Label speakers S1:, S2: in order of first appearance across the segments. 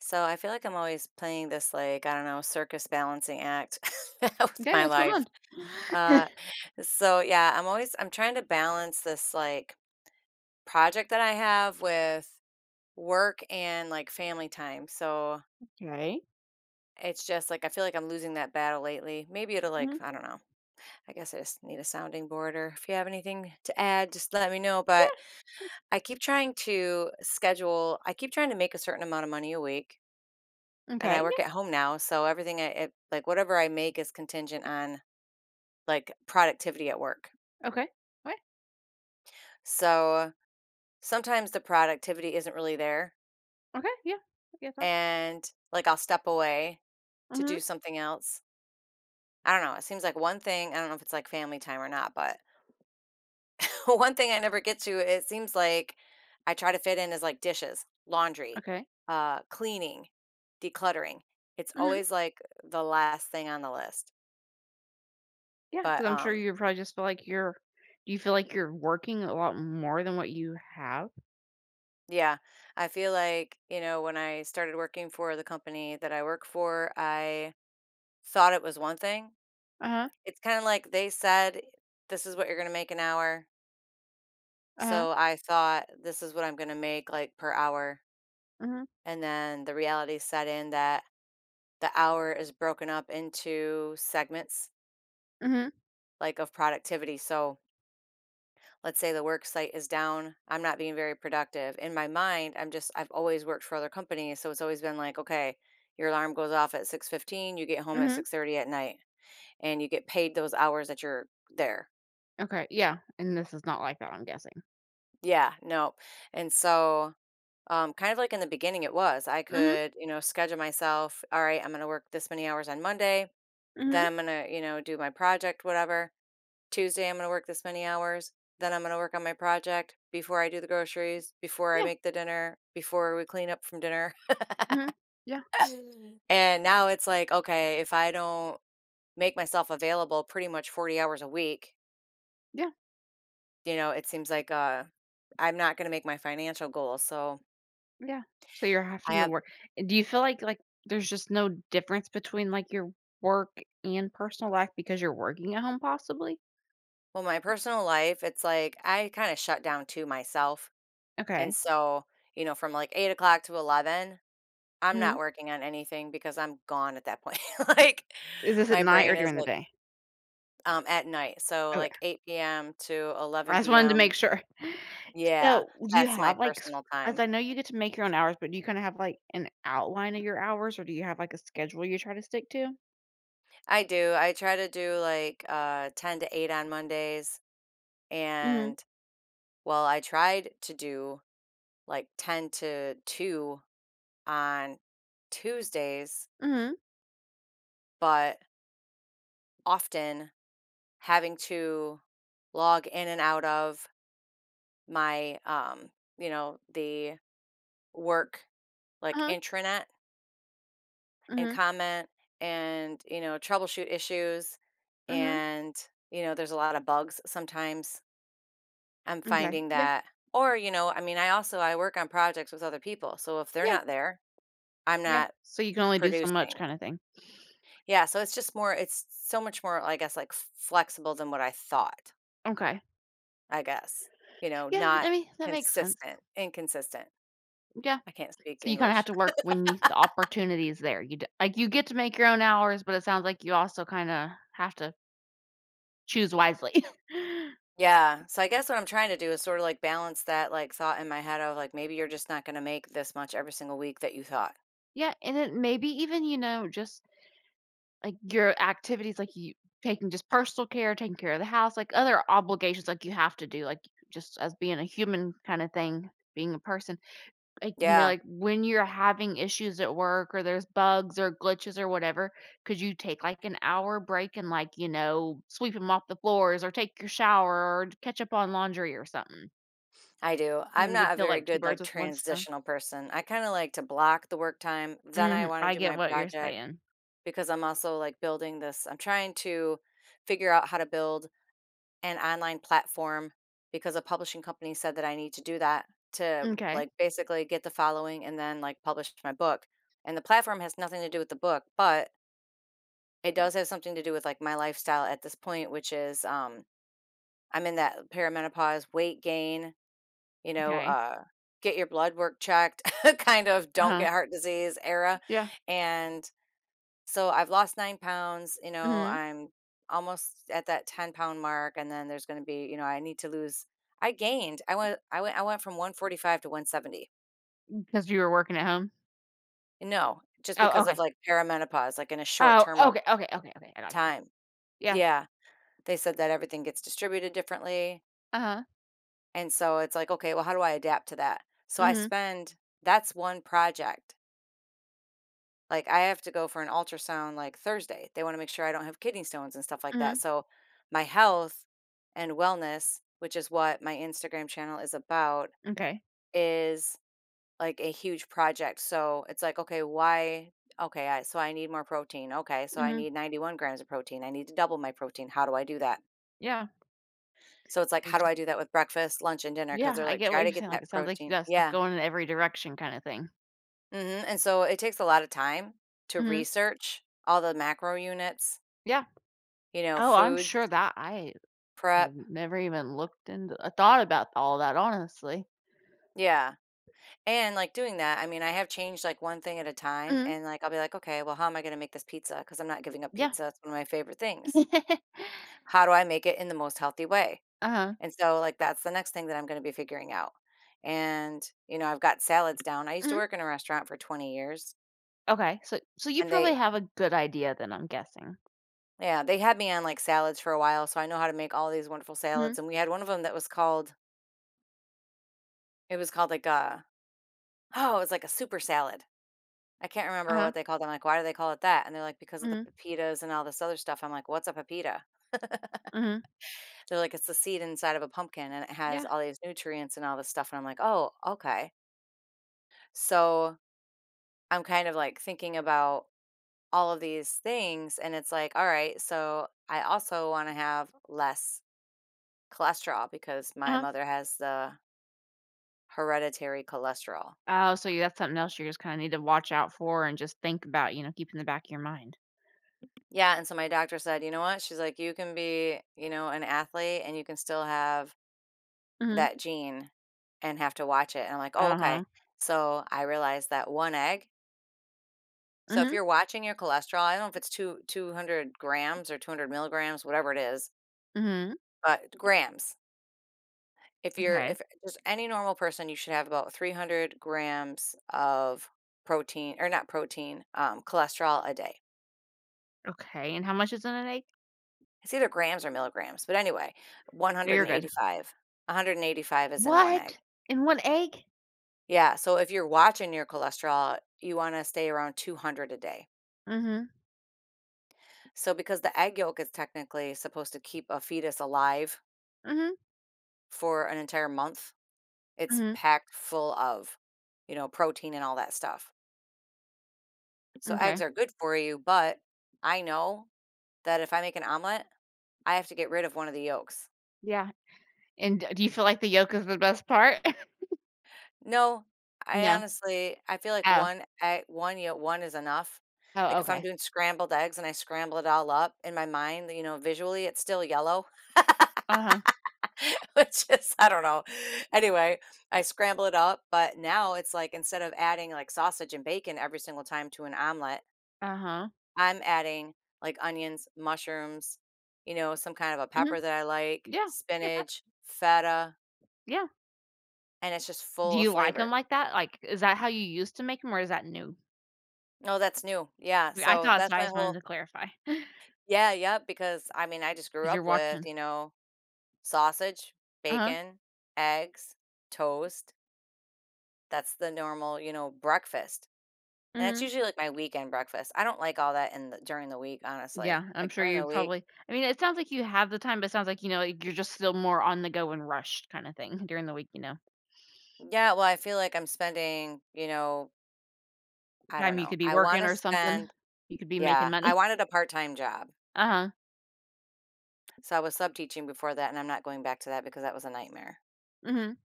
S1: So I feel like I'm always playing this like, I don't know, circus balancing act with
S2: Okay,
S1: my
S2: what's going
S1: life.
S2: on?
S1: Uh so yeah, I'm always I'm trying to balance this like project that I have with work and like family time. So
S2: Okay.
S1: it's just like I feel like I'm losing that battle lately. Maybe it'll like,
S2: Mhm.
S1: I don't know. I guess I just need a sounding board, or if you have anything to add, just let me know. But
S2: Yeah.
S1: I keep trying to schedule, I keep trying to make a certain amount of money a week. And I
S2: Okay.
S1: work at home now, so everything I it like, whatever I make is contingent on, like, productivity at work.
S2: Yeah. Okay. Right.
S1: So sometimes the productivity isn't really there,
S2: Okay. Yeah. I guess so.
S1: and, like, I'll step away to
S2: Mhm.
S1: do something else. I don't know, it seems like one thing. I don't know if it's, like, family time or not, but one thing I never get to, it seems like I try to fit in is, like, dishes, laundry,
S2: Okay.
S1: cleaning, decluttering. It's
S2: Mhm.
S1: always, like, the last thing on the list,
S2: Because 'cause
S1: but,
S2: I'm sure you probably just feel like you're do you feel like you're working a lot more than what you have?
S1: yeah. I feel like, you know, when I started working for the company that I work for, I thought it was one thing.
S2: Uh-huh.
S1: It's kind of like they said, this is what you're going to make an hour.
S2: Uh-huh.
S1: So I thought this is what I'm going to make like per hour.
S2: Mhm.
S1: And then the reality set in that the hour is broken up into segments
S2: Mhm.
S1: like of productivity. So let's say the work site is down, I'm not being very productive. In my mind, I'm just I've always worked for other companies, so it's always been like, okay, your alarm goes off at 6:15, you get home at
S2: Mhm.
S1: 6:30 at night, and you get paid those hours that you're there.
S2: Okay. Yeah, and this is not like that, I'm guessing.
S1: Yeah, no. And so kind of like in the beginning it was. I
S2: Mhm.
S1: could, you know, schedule myself, all right, I'm going to work this many hours on Monday, then
S2: Mhm.
S1: I'm going to, you know, do my project whatever Tuesday, I'm going to work this many hours. Then I'm going to work on my project before I do the groceries, before I
S2: Yeah.
S1: make the dinner, before we clean up from dinner.
S2: Mhm. Yeah.
S1: And now it's like, okay, if I don't make myself available pretty much 40 hours a week,
S2: Yeah.
S1: you know, it seems like I'm not going to make my financial goals. So
S2: Yeah. So you're
S1: I
S2: having to
S1: have
S2: work. Do you feel like there's just no difference between like your work and personal life because you're working at home possibly?
S1: well my personal life, it's like I kind of shut down to myself. And
S2: Okay.
S1: so, you know, from like 8 o'clock to 11, I'm not
S2: Mhm.
S1: working on anything because I'm gone at that point. Like
S2: Is this at
S1: my
S2: night or
S1: brain is
S2: during the
S1: like
S2: day?
S1: At night, so,
S2: Okay.
S1: like, 8 p.m. to
S2: I just
S1: 11
S2: wanted to
S1: PM.
S2: make sure.
S1: Yeah,
S2: So, do you
S1: that's my
S2: have, like s
S1: personal
S2: as
S1: time.
S2: I know you get to make your own hours, but do you kinda have, like, an outline of your hours, or do you have, like, a schedule you try to stick to?
S1: I do, I try to do, like, 10 to 8 on Mondays,
S2: Mhm.
S1: and well, I tried to do, like, 10 to 2 on Tuesdays,
S2: Mhm.
S1: but often having to log in and out of my, you know, the work, like,
S2: Uh-huh.
S1: intranet and
S2: Mhm.
S1: comment and, you know, troubleshoot issues.
S2: Mhm.
S1: And, you know, there's a lot of bugs sometimes. I'm
S2: Okay.
S1: finding
S2: Yeah.
S1: that, or, you know, I mean, I also I work on projects with other people. So if they're
S2: Yeah.
S1: not there, I'm
S2: Yeah.
S1: not
S2: So you can only do so much
S1: producing.
S2: kinda thing.
S1: Yeah, so it's just more it's so much more I guess like flexible than what I thought,
S2: Okay.
S1: I guess. You know,
S2: Yeah,
S1: not
S2: I mean, that makes sense.
S1: consistent, inconsistent.
S2: Yeah.
S1: I can't speak
S2: So you kinda have
S1: English.
S2: to work when you the opportunity is there. You d Like, you get to make your own hours, but it sounds like you also kinda have to choose wisely.
S1: Yeah. So I guess what I'm trying to do is sort of like balance that like thought in my head of like maybe you're just not going to make this much every single week that you thought.
S2: Yeah, and then maybe even, you know, just like your activities, like you taking just personal care, taking care of the house, like other obligations like you have to do, like just as being a human kind of thing, being a person. Like, you know,
S1: Yeah,
S2: like when you're having issues at work or there's bugs or glitches or whatever, could you take like an hour break and like, you know, sweep them off the floors or take your shower or catch up on laundry or something?
S1: I do. I'm
S2: Kind of to
S1: not a
S2: kill
S1: very
S2: like two
S1: good like
S2: birds with one stone.
S1: transitional person. I kind of like to block the work time. Then I want
S2: I
S1: to do
S2: get
S1: my
S2: what you're
S1: project
S2: saying.
S1: because I'm also like building this. I'm trying to figure out how to build an online platform because a publishing company said that I need to do that to
S2: Okay.
S1: like basically get the following and then like publish my book. And the platform has nothing to do with the book, but it does have something to do with, like, my lifestyle at this point, which is, I'm in that perimenopause, weight gain, you know,
S2: Okay.
S1: get your blood work checked, kind of
S2: Uh
S1: don't
S2: huh.
S1: get heart disease era,
S2: Yeah.
S1: and so I've lost 9 pounds, you know,
S2: Mhm.
S1: I'm almost at that 10-pound mark, and then there's gonna be, you know, I need to lose I gained, I went from 145 to 170.
S2: Because you were working at home?
S1: No, just
S2: Oh,
S1: because of,
S2: okay.
S1: like, perimenopause, like, in a short
S2: Oh,
S1: term of
S2: okay, okay, okay, okay, I got you.
S1: time.
S2: Yeah.
S1: Yeah, they said that everything gets distributed differently.
S2: Uh-huh.
S1: And so it's like, okay, well, how do I adapt to that? So I
S2: Mhm,
S1: spend that's one project. Like I have to go for an ultrasound like Thursday. They want to make sure I don't have kidney stones and stuff like that.
S2: mhm,
S1: So my health and wellness, which is what my Instagram channel is about,
S2: okay.
S1: is like a huge project. So it's like, okay, why? Okay, so I need more protein. Okay, so I
S2: Mhm,
S1: need 91 grams of protein. I need to double my protein. How do I do that?
S2: yeah.
S1: So it's like,
S2: It was
S1: how do
S2: just
S1: I do that with breakfast, lunch, and dinner? Because
S2: yeah,
S1: they're
S2: I
S1: like,
S2: get
S1: try
S2: what
S1: to
S2: you're
S1: get
S2: saying, like,
S1: that
S2: it sounds like you
S1: protein.
S2: got stuff
S1: Yeah.
S2: going in every direction kinda thing.
S1: Mhm, and so it takes a lot of time to
S2: Mhm,
S1: research all the macro units,
S2: yeah.
S1: you know,
S2: Oh, I'm
S1: foods,
S2: sure that I have
S1: prep.
S2: never even looked into I thought about all that, honestly.
S1: Yeah, and, like, doing that, I mean, I have changed, like, one thing at a time,
S2: Mhm,
S1: and, like, I'll be like, "Okay, well, how am I gonna make this pizza? Because 'Cause I'm not giving up
S2: yeah.
S1: pizza, it's one of my favorite things. How do I make it in the most healthy way?"
S2: Uh-huh,
S1: And so, like, that's the next thing that I'm gonna be figuring out. And, you know, I've got salads down. I used to
S2: mhm,
S1: work in a restaurant for 20 years,
S2: okay, so you
S1: and
S2: probably
S1: they
S2: have a good idea then, I'm guessing.
S1: yeah, they had me on, like, salads for a while, so I know how to make all these wonderful
S2: Mhm,
S1: salads, and we had one of them that was called it was called like a, oh, it was like a super salad. I can't remember
S2: uh-huh,
S1: what they called it. I'm like, why do they call it that? And they're like, because of the
S2: mhm,
S1: pepitas and all this other stuff. I'm like, what's a pepita? They're
S2: mhm,
S1: like, it's the seed inside of a pumpkin and it has
S2: yeah,
S1: all these nutrients and all this stuff. And I'm like, oh, okay. So I'm kind of like thinking about all of these things. And it's like, all right, so I also want to have less cholesterol because my
S2: uh-huh.
S1: mother has the hereditary cholesterol.
S2: Oh, so you that's something else you just kinda need to watch out for and just think about, you know, keep in the back of your mind.
S1: Yeah, and so my doctor said, "You know what?" She's like, "You can be, you know, an athlete and you can still have
S2: Mhm.
S1: that gene and have to watch it." And I'm like, "Oh, okay."
S2: Uh-huh.
S1: So I realized that one egg. So if
S2: Mhm.
S1: you're watching your cholesterol, I don't know if it's two hundred grams or 200 milligrams, whatever it is,
S2: Mhm.
S1: but grams. If you're
S2: Okay.
S1: if just any normal person, you should have about 300 grams of protein or not protein, cholesterol a day.
S2: Okay, and how much is in an egg?
S1: It's either grams or milligrams, but anyway,
S2: No, you're good.
S1: 185. 185 is in 1 egg.
S2: What? In one egg?
S1: Yeah, so if you're watching your cholesterol, you wanna stay around 200 a day.
S2: Mhm.
S1: So because the egg yolk is technically supposed to keep a fetus alive
S2: Mhm.
S1: for an entire month, it's
S2: Mhm.
S1: packed full of, you know, protein and all that stuff. So eggs
S2: Okay.
S1: are good for you, but I know that if I make an omelet, I have to get rid of one of the yolks.
S2: Yeah. And d do you feel like the yolk is the best part?
S1: No, I
S2: No.
S1: honestly I feel like
S2: Oh.
S1: one egg one yeah, one is enough. Like,
S2: Oh,
S1: if I'm
S2: okay.
S1: doing scrambled eggs and I scramble it all up in my mind, you know, visually, it's still yellow,
S2: Uh-huh.
S1: which is I don't know. Anyway, I scramble it up, but now it's like instead of adding, like, sausage and bacon every single time to an omelet,
S2: Uh-huh.
S1: I'm adding, like, onions, mushrooms, you know, some kind of a
S2: Mhm.
S1: pepper that I like,
S2: Yeah. I get that.
S1: spinach, feta,
S2: Yeah.
S1: and it's just
S2: Do
S1: full of
S2: you like them
S1: flavor.
S2: like that? Like, is that how you used to make them, or is that new?
S1: No, that's new. Yeah,
S2: I
S1: so
S2: thought so,
S1: that's
S2: I
S1: my
S2: just wanted
S1: whole
S2: to clarify. because
S1: yeah, yep, because, I mean, I just grew
S2: 'cause you're
S1: up with,
S2: watching.
S1: you know, sausage,
S2: Uh-huh.
S1: bacon, eggs, toast. That's the normal, you know, breakfast, and that's
S2: Mhm.
S1: usually, like, my weekend breakfast. I don't like all that in the during the week, honestly.
S2: Yeah, I'm
S1: Like,
S2: sure
S1: during
S2: you
S1: the week
S2: probably I mean, it sounds like you have the time, but it sounds like, you know, like, you're just still more on the go and rushed kinda thing during the week, you know?
S1: yeah, well, I feel like I'm spending, you know, I don't
S2: Time you
S1: know.
S2: could be
S1: I
S2: working
S1: wanna
S2: or something.
S1: spend
S2: You could be making
S1: yeah, I
S2: money.
S1: wanted a part-time job,
S2: Uh-huh.
S1: so I was sub-teaching before that, and I'm not going back to that because that was a nightmare.
S2: Mhm.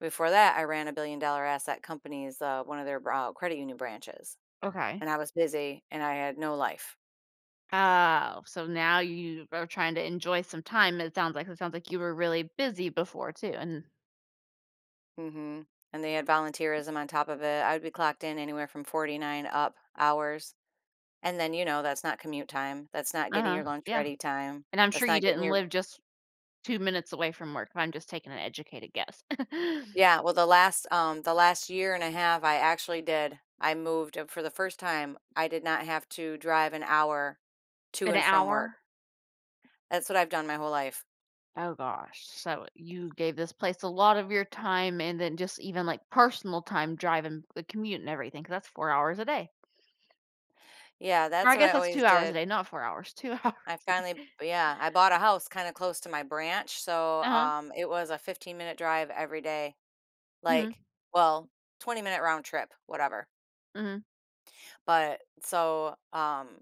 S1: Before that, I ran a billion-dollar asset company's, one of their, credit union branches.
S2: Okay.
S1: And I was busy and I had no life.
S2: Oh, so now you are trying to enjoy some time, it sounds like. It sounds like you were really busy before too, and
S1: Mhm. And they had volunteerism on top of it. I would be clocked in anywhere from 49 up hours. And then, you know, that's not commute time. That's not getting
S2: Uh-huh,
S1: your lunch
S2: yeah.
S1: ready time.
S2: And I'm
S1: That's
S2: sure you
S1: not getting
S2: didn't
S1: your
S2: live just 2 minutes away from work, if I'm just taking an educated guess.
S1: yeah, well, the last year and a half I actually did. I moved and for the first time. I did not have to drive an hour to
S2: An
S1: and from work.
S2: hour?
S1: That's what I've done my whole life.
S2: Oh gosh. So you gave this place a lot of your time and then just even like personal time driving the commute and everything, 'cause that's 4 hours a day.
S1: Yeah,
S2: Or
S1: that's
S2: I
S1: what
S2: guess
S1: I
S2: that's
S1: always
S2: 2 hours a
S1: did.
S2: day, not 4 hours, 2 hours.
S1: I finally yeah, I bought a house kinda close to my branch, so,
S2: Uh-huh.
S1: it was a 15-minute drive every day,
S2: Mhm.
S1: like, well, 20-minute round trip, whatever,
S2: Mhm.
S1: but so,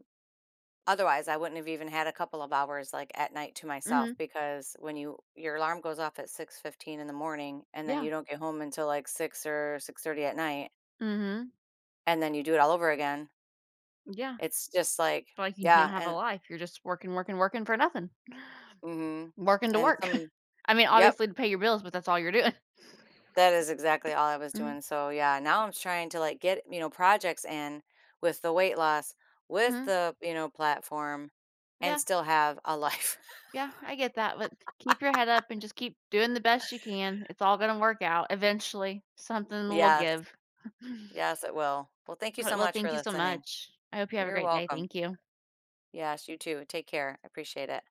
S1: otherwise, I wouldn't have even had a couple of hours, like, at night to myself
S2: Mhm.
S1: because when you your alarm goes off at 6:15 in the morning, and then
S2: Yeah.
S1: you don't get home until, like, 6 or 6:30 at night,
S2: Mhm.
S1: and then you do it all over again,
S2: Yeah.
S1: it's just like
S2: So, like you don't
S1: yeah,
S2: have a
S1: and
S2: life. You're just working, working, working for nothing.
S1: mhm,
S2: Working to
S1: and
S2: work.
S1: some
S2: I mean,
S1: yep.
S2: obviously to pay your bills, but that's all you're doing.
S1: That is exactly all I was doing,
S2: Mhm.
S1: so, yeah, now I'm trying to, like, get, you know, projects in with the weight loss, with
S2: Mhm.
S1: the, you know, platform, and
S2: Yeah.
S1: still have a life.
S2: Yeah, I get that, but keep your head up and just keep doing the best you can. It's all gonna work out. Eventually, something will
S1: Yes,
S2: give.
S1: yes, it will. Well, thank you
S2: Alright,
S1: so
S2: well,
S1: much for
S2: thank you so
S1: listening.
S2: much. I hope you have a
S1: You're
S2: great day.
S1: welcome.
S2: Thank you.
S1: Yes, you too, take care, I appreciate it.